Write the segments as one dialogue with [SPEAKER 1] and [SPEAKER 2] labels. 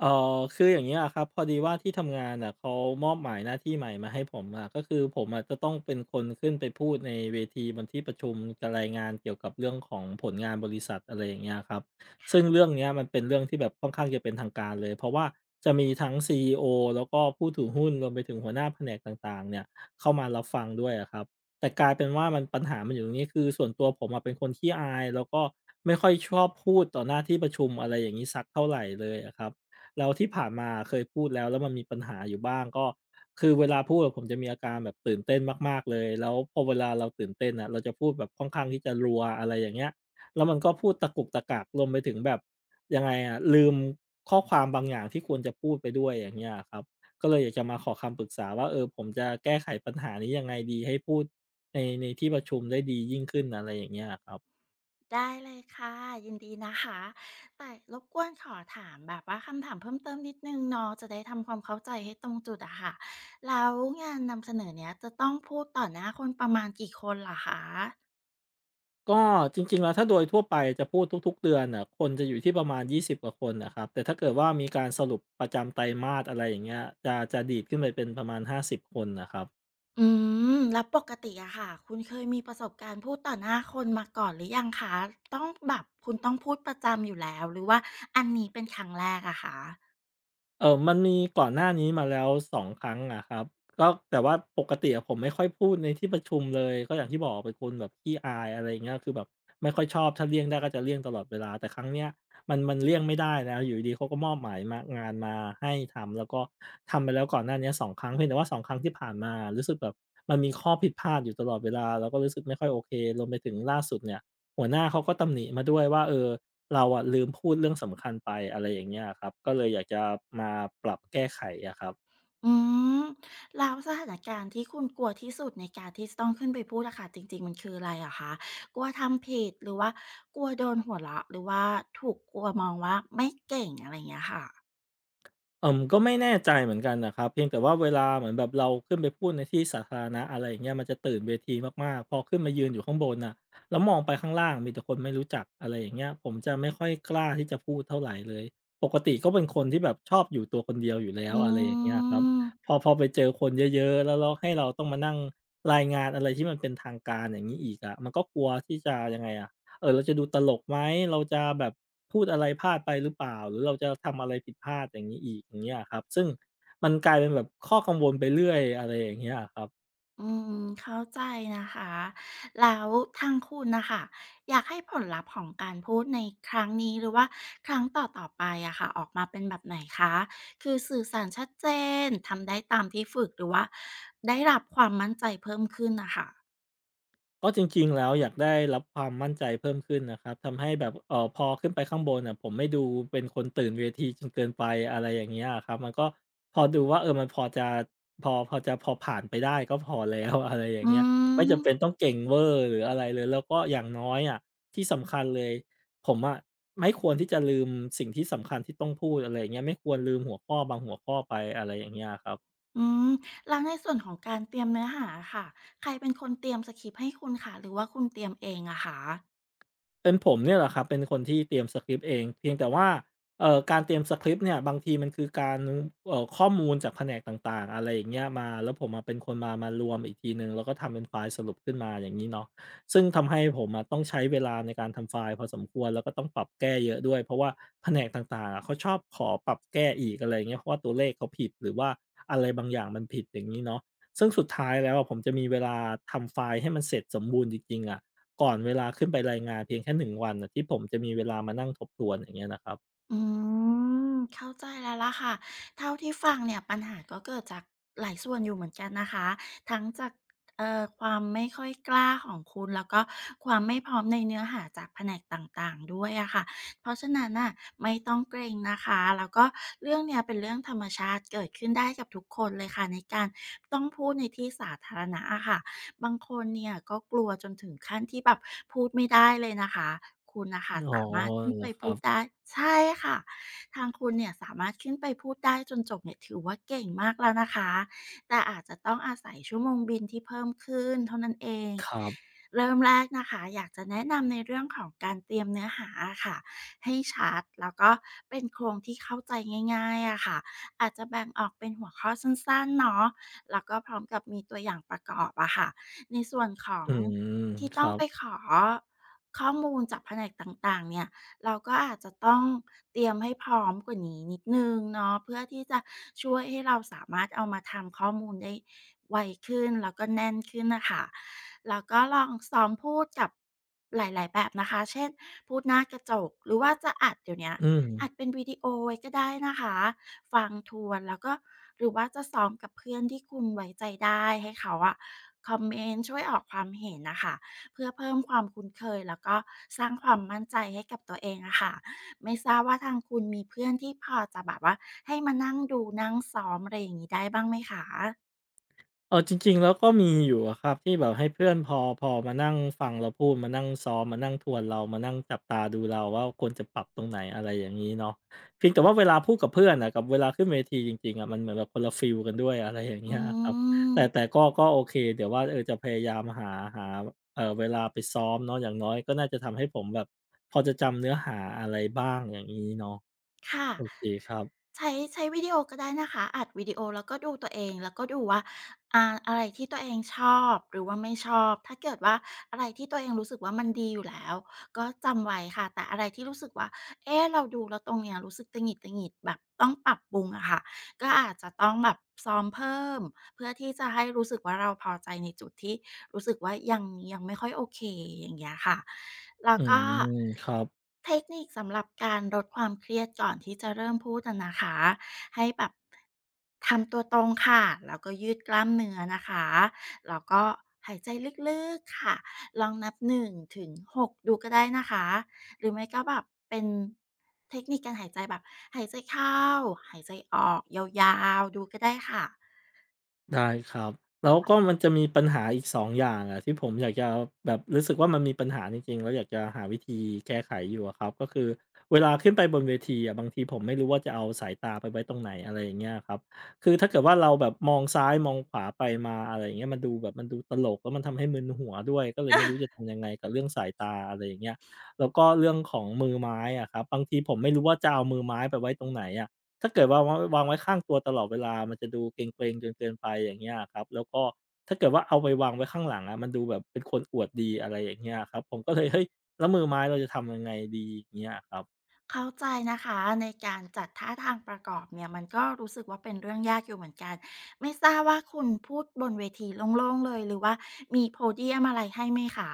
[SPEAKER 1] เอ่คืออย่างนี้ยอะครับพอดีว่าที่ทำงานน่ะเขามอบหมายหน้าที่ใหม่มาให้ผมอะก็คือผมอะจะต้องเป็นคนขึ้นไปพูดในเวทีบนที่ประชุมจะรายงานเกี่ยวกับเรื่องของผลงานบริษัทอะไรอย่างเงี้ยครับซึ่งเรื่องเนี้ยมันเป็นเรื่องที่แบบค่อนข้างจะเป็นทางการเลยเพราะว่าจะมีทั้งซีอีโอแล้วก็ผู้ถือหุ้นรวมไปถึงหัวหน้าแผนกต่างๆเนี่ยเข้ามารับฟังด้วยอะครับแต่กลายเป็นว่ามันปัญหามันอยู่ตรงนี้คือส่วนตัวผมอะเป็นคนขี้อายแล้วก็ไม่ค่อยชอบพูดต่อหน้าที่ประชุมอะไรอย่างนี้สักเท่าไหรเลยอะครับ แล้วที่ผ่านมาเคยพูดแล้วมันมีปัญหาอยู่บ้างก็คือเวลาพูดอะผมจะมีอาการแบบตื่นเต้นมากๆเลยแล้วพอเวลาเราตื่นเต้นอะเราจะพูดแบบค่อนข้างที่จะรัวอะไรอย่างเงี้ยแล้วมันก็พูดตะกุกตะกักรวมไปถึงแบบยังไงอะลืมข้อความบางอย่างที่ควรจะพูดไปด้วยอย่างเงี้ยอะครับก็เลยอยากจะมาขอคำปรึกษาว่าเออผมจะแก้ไขปัญหานี้ยังไงดีให้พูดในที่ประชุมได้ดียิ่งขึ้นอะไรอย่างเงี้ยอะครับ
[SPEAKER 2] ได้เลยค่ะยินดีนะคะแต่รบกวนขอถามแบบว่าคำถามเพิ่มเติมนิดนึงเนาะจะได้ทำความเข้าใจให้ตรงจุดอะค่ะแล้วงานนำเสนอเนี้ยจะต้องพูดต่อหน้าคนประมาณกี่คนเหรอคะ
[SPEAKER 1] ก็จริงๆ แล้วถ้าโดยทั่วไปจะพูดทุกๆ เดือนน่ะคนจะอยู่ที่ประมาณ 20 กว่าคนน่ะครับแต่ถ้าเกิดว่ามีการสรุปประจำไตรมาสอะไรอย่างเงี้ยจะดีดขึ้นไปเป็นประมาณ 50 คนน่ะครับ
[SPEAKER 2] อืมแล้วปกติอะค่ะคุณเคยมีประสบการณ์พูดต่อหน้าคนมาก่อนหรือยังคะต้องแบบคุณต้องพูดประจำอยู่แล้วหรือว่าอันนี้เป็นครั้งแรกอะคะ
[SPEAKER 1] เออมันมีก่อนหน้านี้มาแล้ว2ครั้งอะครับก็แต่ว่าปกติอะผมไม่ค่อยพูดในที่ประชุมเลยก็อย่างที่บอกเป็นคนแบบขี้อายอะไรเงี้ยคือแบบไม่ค่อยชอบถ้าเลี่ยงได้ก็จะเลี่ยงตลอดเวลาแต่ครั้งเนี้ยมันเลี่ยงไม่ได้แล้วอยู่ดีเขาก็มอบหมายมางานมาให้ทำแล้วก็ทำไปแล้วก่อนหน้านี้2ครั้งเพียงแต่ว่าสองครั้งที่ผ่านมารู้สึกแบบมันมีข้อผิดพลาดอยู่ตลอดเวลาแล้วก็รู้สึกไม่ค่อยโอเครวมไปถึงล่าสุดเนี่ยหัวหน้าเขาก็ตำหนิมาด้วยว่าเออ เราอะลืมพูดเรื่องสำคัญไปอะไรอย่างเงี้ยอะครับก็เลยอยากจะมาปรับแก้ไขอะครับ
[SPEAKER 2] อืมแล้วสถานการณ์ที่คุณกลัวที่สุดในการที่จะต้องขึ้นไปพูดอะค่ะจริงๆมันคืออะไรเหรอคะกลัวทำผิดหรือว่ากลัวโดนหัวเราะหรือว่าถูกกลัวมองว่าไม่เก่งอะไรอย่างเงี้ยค่ะ
[SPEAKER 1] ก็ไม่แน่ใจเหมือนกันนะครับเพียงแต่ว่าเวลาเหมือนแบบเราขึ้นไปพูดในที่สาธารณะอะไรอย่างเงี้ยมันจะตื่นเวทีมากๆพอขึ้นมายืนอยู่ข้างบนน่ะแล้วมองไปข้างล่างมีแต่คนไม่รู้จักอะไรอย่างเงี้ยผมจะไม่ค่อยกล้าที่จะพูดเท่าไรเลยปกติก็เป็นคนที่แบบชอบอยู่ตัวคนเดียวอยู่แล้ว
[SPEAKER 2] อื
[SPEAKER 1] อะไรอย่างเงี้ยครับ
[SPEAKER 2] ม
[SPEAKER 1] พอไปเจอคนเยอะๆแล้วให้เราต้องมานั่งรายงานอะไรที่มันเป็นทางการอย่างงี้อีกอะมันก็กลัวที่จะยังไงอะ เออเราจะดูตลกไหมเราจะแบบพูดอะไรพลาดไปหรือเปล่าหรือเราจะทำอะไรผิดพลาดอย่างนี้อีกอย่างเงี้ยอะครับซึ่งมันกลายเป็นแบบข้อกังวลไปเรื่อยอะไรอย่างเงี้ยอะครับ
[SPEAKER 2] อืมเข้าใจนะคะแล้วทางคุณนะคะอยากให้ผลลัพธ์ของการพูดในครั้งนี้หรือว่าครั้งต่อๆไปอะค่ะออกมาเป็นแบบไหนคะคือสื่อสารชัดเจนทำได้ตามที่ฝึกหรือว่าได้รับความมั่นใจเพิ่มขึ้นน่ะค่ะ
[SPEAKER 1] ก็จริงๆแล้วอยากได้รับความมั่นใจเพิ่มขึ้นนะครับทำให้แบบพอขึ้นไปข้างบนน่ะผมไม่ดูเป็นคนตื่นเวทีจนเกินไปอะไรอย่างเงี้ยอะครับมันก็พอดูว่าเออมันพอจะพอผ่านไปได้ก็พอแล้ว อะไรอย่า
[SPEAKER 2] อื
[SPEAKER 1] งเงี้ยไม่จำเป็น
[SPEAKER 2] ม
[SPEAKER 1] ต้องเก่งเวอร์หรืออะไรเลยแล้วก็อย่างน้อยอะที่สำคัญเลยผมอะไม่ควรที่จะลืมสิ่งที่สำคัญที่ต้องพูดอะไรอย่างเงี้ยไม่ควรลืมหัวข้อบางหัวข้อไปอะไรอย่างเงี้ยอะครับ
[SPEAKER 2] อืมแล้วในส่วนของการเตรียมเนื้อหาอะค่ะใครเป็นคนเตรียมสกริปต์ให้คุณคะหรือว่าคุณเตรียมเองอะคะ
[SPEAKER 1] เป็นผมเนี่ยแหละครับเป็นคนที่เตรียมสคริปต์เองเพียงแต่ว่าการเตรียมสคริปต์เนี่ยบางทีมันคือการข้อมูลจากแผนกต่างๆอะไรอย่างเงี้ยมาแล้วผมอะเป็นคนมารวมอีกทีหนึ่งแล้วก็ทำเป็นไฟล์สรุปขึ้นมาอย่างงี้เนาะซึ่งทำให้ผมอะต้องใช้เวลาในการทำไฟล์พอสมควรแล้วก็ต้องปรับแก้เยอะด้วยเพราะว่าแผนกต่างๆอะเขาชอบขอปรับแก้อีกอะไรอย่างเงี้ยเพราะว่าตัวเลขเขาผิดหรือว่าอะไรบางอย่างมันผิดอย่างงี้เนาะซึ่งสุดท้ายแล้วอะผมจะมีเวลาทำไฟล์ให้มันเสร็จสมบูรณ์จริงๆอะ ก่อนเวลาขึ้นไปรายงานเพียงแค่หนึ่งวันน่ะที่ผมจะมีเวลามานั่งทบทวนอย่างเงี้ยนะครับ
[SPEAKER 2] อืมเข้าใจแล้วล่ะค่ะเท่าที่ฟังเนี่ยปัญหาก็เกิดจากหลายส่วนอยู่เหมือนกันนะคะทั้งจากความไม่ค่อยกล้าของคุณแล้วก็ความไม่พร้อมในเนื้อหาจากแผนกต่างๆด้วยอะค่ะเพราะฉะนั้นน่ะไม่ต้องเกรงนะคะแล้วก็เรื่องเนี้ยเป็นเรื่องธรรมชาติเกิดขึ้นได้กับทุกคนเลยค่ะในการต้องพูดในที่สาธารณะอะค่ะ บางคนเนี่ยก็กลัวจนถึงขั้นที่แบบพูดไม่ได้เลยนะคะคุณน่ะค่ะ
[SPEAKER 1] อ๋อ
[SPEAKER 2] สามารถขึ้น
[SPEAKER 1] เหร
[SPEAKER 2] ไป
[SPEAKER 1] อครั
[SPEAKER 2] พู
[SPEAKER 1] บ
[SPEAKER 2] ดได้ใช่ค่ะทางคุณเนี่ยสามารถขึ้นไปพูดได้จนจบเนี่ยถือว่าเก่งมากแล้วนะคะแต่อาจจะต้องอาศัยชั่วโมงบินที่เพิ่มขึ้นเท่านั้นเอง
[SPEAKER 1] ครับ
[SPEAKER 2] เริ่มแรกนะคะอยากจะแนะนำในเรื่องของการเตรียมเนื้อหาอะค่ะให้ชัดแล้วก็เป็นโครงที่เข้าใจง่ายๆอะค่ะอาจจะแบ่งออกเป็นหัวข้อสั้นๆเนาะแล้วก็พร้อมกับมีตัวอย่างประกอบอะค่ะ ในส่วนของ
[SPEAKER 1] อืม
[SPEAKER 2] ที่
[SPEAKER 1] ค
[SPEAKER 2] ต้อ
[SPEAKER 1] รั
[SPEAKER 2] ง
[SPEAKER 1] บ
[SPEAKER 2] ไปขอข้อมูลจากแผนกต่างๆเนี่ยเราก็อาจจะต้องเตรียมให้พร้อมกว่านี้นิดหนึ่งเนาะเพื่อที่จะช่วยให้เราสามารถเอามาทำข้อมูลได้ไวขึ้นแล้วก็แน่นขึ้นน่ะค่ะแล้วก็ลองซ้อมพูดกับหลายๆแบบนะคะเช่นพูดหน้ากระจกหรือว่าจะอัดเดี๋ยวเนี้ย
[SPEAKER 1] อืม
[SPEAKER 2] อัดเป็นวิดีโอไว้ก็ได้นะคะ ฟังทวนแล้วก็หรือว่าจะซ้อมกับเพื่อนที่คุณไว้ใจได้ให้เขาอะคอมเมนต์ช่วยออกความเห็นนะคะเพื่อเพิ่มความคุ้นเคยแล้วก็สร้างความมั่นใจให้กับตัวเองอะค่ะไม่ทราบว่าทางคุณมีเพื่อนที่พอจะแบบว่าให้มานั่งดูนั่งซ้อมอะไรอย่างนี้ได้บ้างไหมคะ
[SPEAKER 1] เออจริงๆแล้วก็มีอยู่อะครับที่แบบให้เพื่อนพอมานั่งฟังเราพูดมานั่งซ้อมมานั่งทวนเรามานั่งจับตาดูเราว่าควรจะปรับตรงไหนอะไรอย่างนี้เนาะเพียงแต่ว่าเวลาพูดกับเพื่อนน่ะกับเวลาขึ้นเวทีจริงๆอะมันเหมือนแบบคนละฟิลกันด้วยอะไรอย่าง
[SPEAKER 2] อื
[SPEAKER 1] เงี้ยครับ
[SPEAKER 2] ม
[SPEAKER 1] แต่ก็โอเคเดี๋ยวว่าเออจะพยายามหาเออเวลาไปซ้อมเนาะอย่างน้อยก็น่าจะทำให้ผมแบบพอจะจำเนื้อหาอะไรบ้างอย่างนี้เนาะ
[SPEAKER 2] ค่ะ
[SPEAKER 1] โอเคครับ
[SPEAKER 2] ใช้ใช้วิดีโอก็ได้นะคะอัดวิดีโอแล้วก็ดูตัวเองแล้วก็ดูว่าอ่าอะไรที่ตัวเองชอบหรือว่าไม่ชอบถ้าเกิดว่าอะไรที่ตัวเองรู้สึกว่ามันดีอยู่แล้วก็จำไว้ค่ะแต่อะไรที่รู้สึกว่าเอ๊ะเราดูแล้วตรงเนี้ยรู้สึกตะหงิดๆแบบต้องปรับปรุงอะค่ะก็อาจจะต้องแบบซ้อมเพิ่มเพื่อที่จะให้รู้สึกว่าเราพอใจในจุดที่ รู้สึกว่ายังไม่ค่อยโอเคอย่างเงี้ยค่ะแล้ว
[SPEAKER 1] อืม
[SPEAKER 2] ก็
[SPEAKER 1] ครับ
[SPEAKER 2] เทคนิคสำหรับการลดความเครียดก่อนที่จะเริ่มพูดอะนะคะให้แบบทำตัวตรงค่ะแล้วก็ยืดกล้ามเนื้อนะคะแล้วก็หายใจลึกๆค่ะลองนับ1ถึง6ดูก็ได้นะคะหรือไม่ก็แบบเป็นเทคนิคการหายใจแบบหายใจเข้าหายใจออกยาวๆดูก็ได้ค่ะ
[SPEAKER 1] ได้ครับแล้วก็มันจะมีปัญหาอีก2องอย่างอะที่ผมอยากจะแบบรู้สึกว่ามันมีปัญหาจริงๆแล้วอยากจะหาวิธีแก้ไขอยู่อะครับก็คือเวลาขึ้นไปบนเวทีอะบางทีผมไม่รู้ว่าจะเอาสายตาไปไว้ตรงไหนอะไรอย่างเงี้ยครับคือถ้าเกิดว่าเราแบบมองซ้ายมองขวาไปมาอะไรอย่างเงี้ยมันดูแบบมันดูตลกแล้วมันทำให้มึนหัวด้วยก็เลยไม่รู้จะทำยังไงกับเรื่องสายตาอะไรอย่างเงี้ยแล้วก็เรื่องของมือไม้อะครับบางทีผมไม่รู้ว่าจะเอามือไม้ไปไว้ตรงไหนอะ ถ้าเกิดว่างวางไว้ข้างตัวตลอดเวลามันจะดูเกร็งๆจนเกินไปอย่างเงี้ยอะครับแล้วก็ถ้าเกิดว่าเอาไปวางไว้ข้างหลังอะมันดูแบบเป็นคนอวดดีอะไรอย่างเงี้ยอะครับผมก็เลยเฮ้ยแล้วมือไม้เราจะทำยังไงดีอย่างเงี้ยอะครับ
[SPEAKER 2] เข้าใจนะคะในการจัดท่าทางประกอบเนี่ยมันก็รู้สึกว่าเป็นเรื่องยากอยู่เหมือนกันไม่ทราบว่าคุณพูดบนเวทีโล่งๆเลยหรือว่ามีโพเดียมอะไรให้ไหมคะ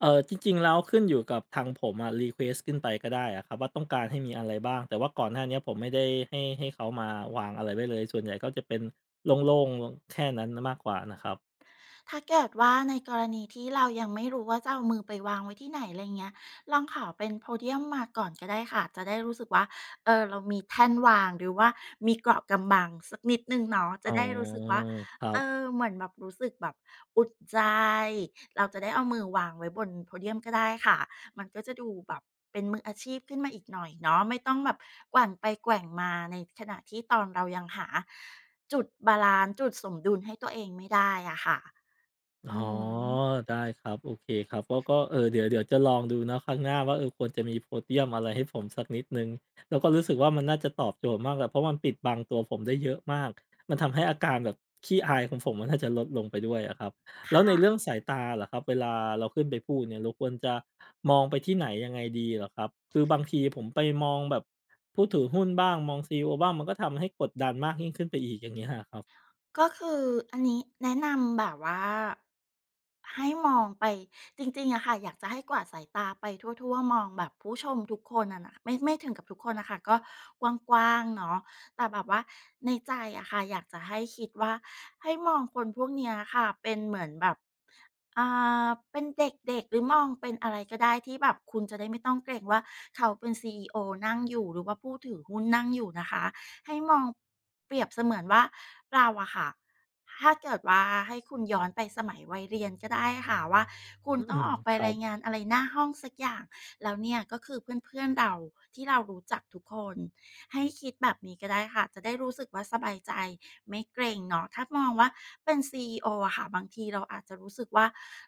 [SPEAKER 1] จริงๆแล้วขึ้นอยู่กับทางผมอะรีเควสต์ขึ้นไปก็ได้อะครับว่าต้องการให้มีอะไรบ้างแต่ว่าก่อนหน้าเนี้ยผมไม่ได้ให้เขามาวางอะไรไว้เลยส่วนใหญ่ก็จะเป็นโล่งๆแค่นั้นมากกว่านะครับ
[SPEAKER 2] ถ้าเกิดว่าในกรณีที่เรายังไม่รู้ว่าจะเอามือไปวางไว้ที่ไหนอะไรเงี้ยลองขอเป็นโพเ i u m มมาก่อนก็ได้ค่ะจะได้รู้สึกว่าเออเรามีแท่นวางหรือว่ามีเกราะกำบังสักนิดหนึ่งเนาะ
[SPEAKER 1] อ๋
[SPEAKER 2] จะ
[SPEAKER 1] อ
[SPEAKER 2] ได้รู้สึกว่า
[SPEAKER 1] ครั
[SPEAKER 2] เออ
[SPEAKER 1] บ
[SPEAKER 2] เหมือนแบบรู้สึกแบบอุ่นใจเราจะได้เอามือวางไว้บนโพเดีย m ก็ได้ค่ะมันก็จะดูแบบเป็นมืออาชีพขึ้นมาอีกหน่อยเนาะไม่ต้องแบบแกว่งไปแกว่งมาในขณะที่ตอนเรายังหาจุดบาลันซ์จุดสมดุลให้ตัวเองไม่ได้อะค่ะ
[SPEAKER 1] อ๋
[SPEAKER 2] อื
[SPEAKER 1] อ
[SPEAKER 2] ม
[SPEAKER 1] ได้ครับโอเคครับก็เออเดี๋ยวจะลองดูเนาะครั้งหน้าว่าเออควรจะมี Podium อะไรให้ผมสักนิดหนึ่งแล้วก็รู้สึกว่ามันน่าจะตอบโจทย์มากแหละเพราะมันปิดบังตัวผมได้เยอะมากมันทำให้อาการแบบขี้อายของผมมันน่าจะลดลงไปด้วยอะครับแล้วในเรื่องสายตาล่ะครับเวลาเราขึ้นไปพูดเนี่ยเราควรจะมองไปที่ไหนยังไงดีเหรอครับคือบางทีผมไปมองแบบผู้ถือหุ้นบ้างมอง CEO บ้างมันก็ทำให้กดดันมากยิ่งขึ้นไปอีกอย่างเงี้ยอะครับ
[SPEAKER 2] ก็คืออันนี้แนะนำแบบว่าให้มองไปจริงๆอะค่ะอยากจะให้กวาดสายตาไปทั่วๆมองแบบผู้ชมทุกคนอะนะไม่ถึงกับทุกคนน่ะค่ะก็กว้างๆเนาะแต่แบบว่าในใจอะค่ะอยากจะให้คิดว่าให้มองคนพวกเนี้ยค่ะเป็นเหมือนแบบอ่าเป็นเด็กๆหรือมองเป็นอะไรก็ได้ที่แบบคุณจะได้ไม่ต้องเกรงว่าเขาเป็นซีอีโอนั่งอยู่หรือว่าผู้ถือหุ้นนั่งอยู่นะคะ ให้มองเปรียบเสมือนว่าเราอะค่ะถ้าเกิดว่าให้คุณย้อนไปสมัยวัยเรียนก็ได้ค่ะว่าคุณ
[SPEAKER 1] อื
[SPEAKER 2] ต้อ
[SPEAKER 1] ม
[SPEAKER 2] งออกไป
[SPEAKER 1] ครั
[SPEAKER 2] รา
[SPEAKER 1] บ
[SPEAKER 2] ยงานอะไรหน้าห้องสักอย่างแล้วเนี่ยก็คือเพื่อนๆเราที่เรารู้จักทุกคนให้คิดแบบนี้ก็ได้ค่ะจะได้รู้สึกว่าสบายใจไม่เกรงเนาะถ้ามองว่าเป็นซีอีโออะค่ะบางทีเราอาจจะรู้สึกว่า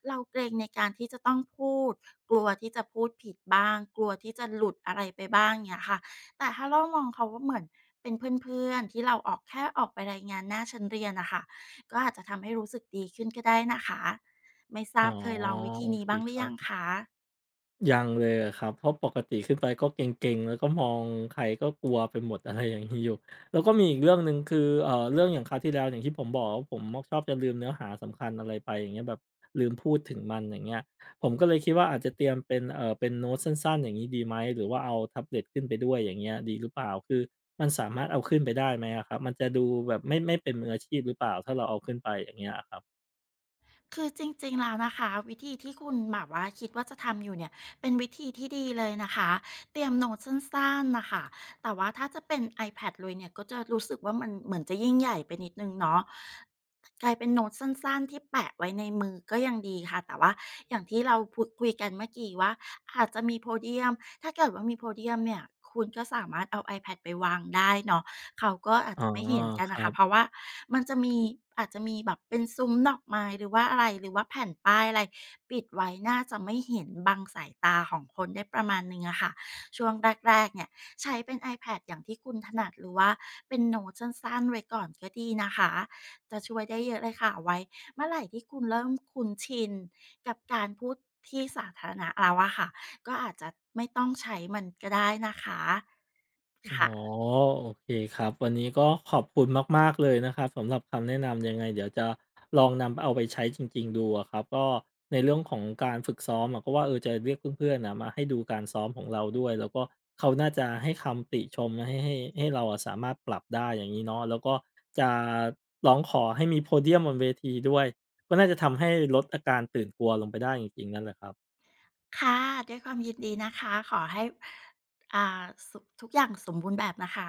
[SPEAKER 2] เราเกรงในการที่จะต้องพูดกลัวที่จะพูดผิดบ้างกลัวที่จะหลุดอะไรไปบ้างเนี่ยค่ะ แต่ถ้าเรามองเขาว่าเหมือนเป็นเพื่อนๆที่เราออกแค่ออกไปรายงานหน้าชั้นเรียนนะคะก็อาจจะทำให้รู้สึกดีขึ้นก็ได้นะคะไม่ท
[SPEAKER 1] อ๋
[SPEAKER 2] รา
[SPEAKER 1] อ
[SPEAKER 2] บเคยลองวิธี
[SPEAKER 1] โอ
[SPEAKER 2] นี้
[SPEAKER 1] เค
[SPEAKER 2] บ้างห
[SPEAKER 1] ค
[SPEAKER 2] รื
[SPEAKER 1] รั
[SPEAKER 2] อยัง
[SPEAKER 1] บ
[SPEAKER 2] คะ
[SPEAKER 1] ยังเลยอะครับเพราะปกติขึ้นไปก็เกร็งๆแล้วก็มองใครก็กลัวไปหมด อะไรอย่างงี้อยู่แล้วก็มีอีกเรื่องหนึ่งคือเรื่องอย่างคราวที่แล้วอย่างที่ผมบอกว่าผมมักชอบจะลืมเนื้อหาสำคัญอะไรไปอย่างเงี้ยแบบลืมพูดถึงมันอย่างเงี้ยผมก็เลยคิดว่าอาจจะเตรียมเป็นเป็นโน้ตสั้นๆอย่างงี้ดีไหมหรือว่าเอาแท็บเล็ตขึ้นไปด้วยอย่างเงี้ยดีหรือเปล่าคือมันสามารถเอาขึ้นไปได้ไหมอะครับมันจะดูแบบไม่เป็นมืออาชีพหรือเปล่าถ้าเราเอาขึ้นไปอย่างเงี้ยอะครับ
[SPEAKER 2] คือจริงๆแล้วนะคะวิธีที่คุณแบบว่าคิดว่าจะทำอยู่เนี่ยเป็นวิธีที่ดีเลยนะคะเตรียมโน้ตสั้นๆนะคะแต่ว่าถ้าจะเป็น iPad เลยเนี่ยก็จะรู้สึกว่ามันเหมือนจะยิ่งใหญ่ไปนิดนึงเนาะ กลายเป็นโน้ตสั้นๆที่แปะไว้ในมือก็ยังดีค่ะแต่ว่าอย่างที่เราพูดคุยกันเมื่อกี้ว่าอาจจะมีโพเดียมถ้าเกิดว่ามีโพเดียมเนี่ยคุณก็สามารถเอา iPad ไปวางได้เนาะเขาก็อาจ
[SPEAKER 1] อ๋อ
[SPEAKER 2] จะไม่เห็นกั
[SPEAKER 1] ค
[SPEAKER 2] นน่ะ
[SPEAKER 1] รั
[SPEAKER 2] ค่ะเพราะ
[SPEAKER 1] บ
[SPEAKER 2] ว่ามันจะมีอาจจะมีแบบเป็นซุ้มดอกไม้หรือว่าอะไรหรือว่าแผ่นป้ายอะไรปิดไว้น่าจะไม่เห็นบังสายตาของคนได้ประมาณหนึ่งอะค่ะช่วงแรกๆเนี่ยใช้เป็น iPad อย่างที่คุณถนัดหรือว่าเป็นโน้ตสั้นๆไว้ก่อนก็ดีนะคะ จะช่วยได้เยอะเลยค่ะไว้เมื่อไหร่ที่คุณเริ่มคุ้นชินกับการพูดที่สาธารณะแล้วอะค่ะก็อาจจะไม่ต้องใช้มันก็ได้นะคะ
[SPEAKER 1] อ๋อ
[SPEAKER 2] ค่ะ
[SPEAKER 1] โอเคครับวันนี้ก็ขอบคุณมากๆเลยนะครับสำหรับคำแนะนำยังไงเดี๋ยวจะลองนำเอาไปใช้จริงๆดูอะครับก็ในเรื่องของการฝึกซ้อมอะก็ว่าเออจะเรียกเพื่อนๆนะมาให้ดูการซ้อมของเราด้วยแล้วก็เขาน่าจะให้คำติชมให้เราอะสามารถปรับได้อย่างงี้เนาะแล้วก็จะร้องขอให้มีโพเดียมบนเวทีด้วยก็น่าจะทำให้ลดอาการตื่นกลัวลงไปได้จริงๆนั่นแหละครับ
[SPEAKER 2] ค่ะด้วยความยินดีนะคะขอให้อ่าสุทุกอย่างสมบูรณ์แบบนะคะ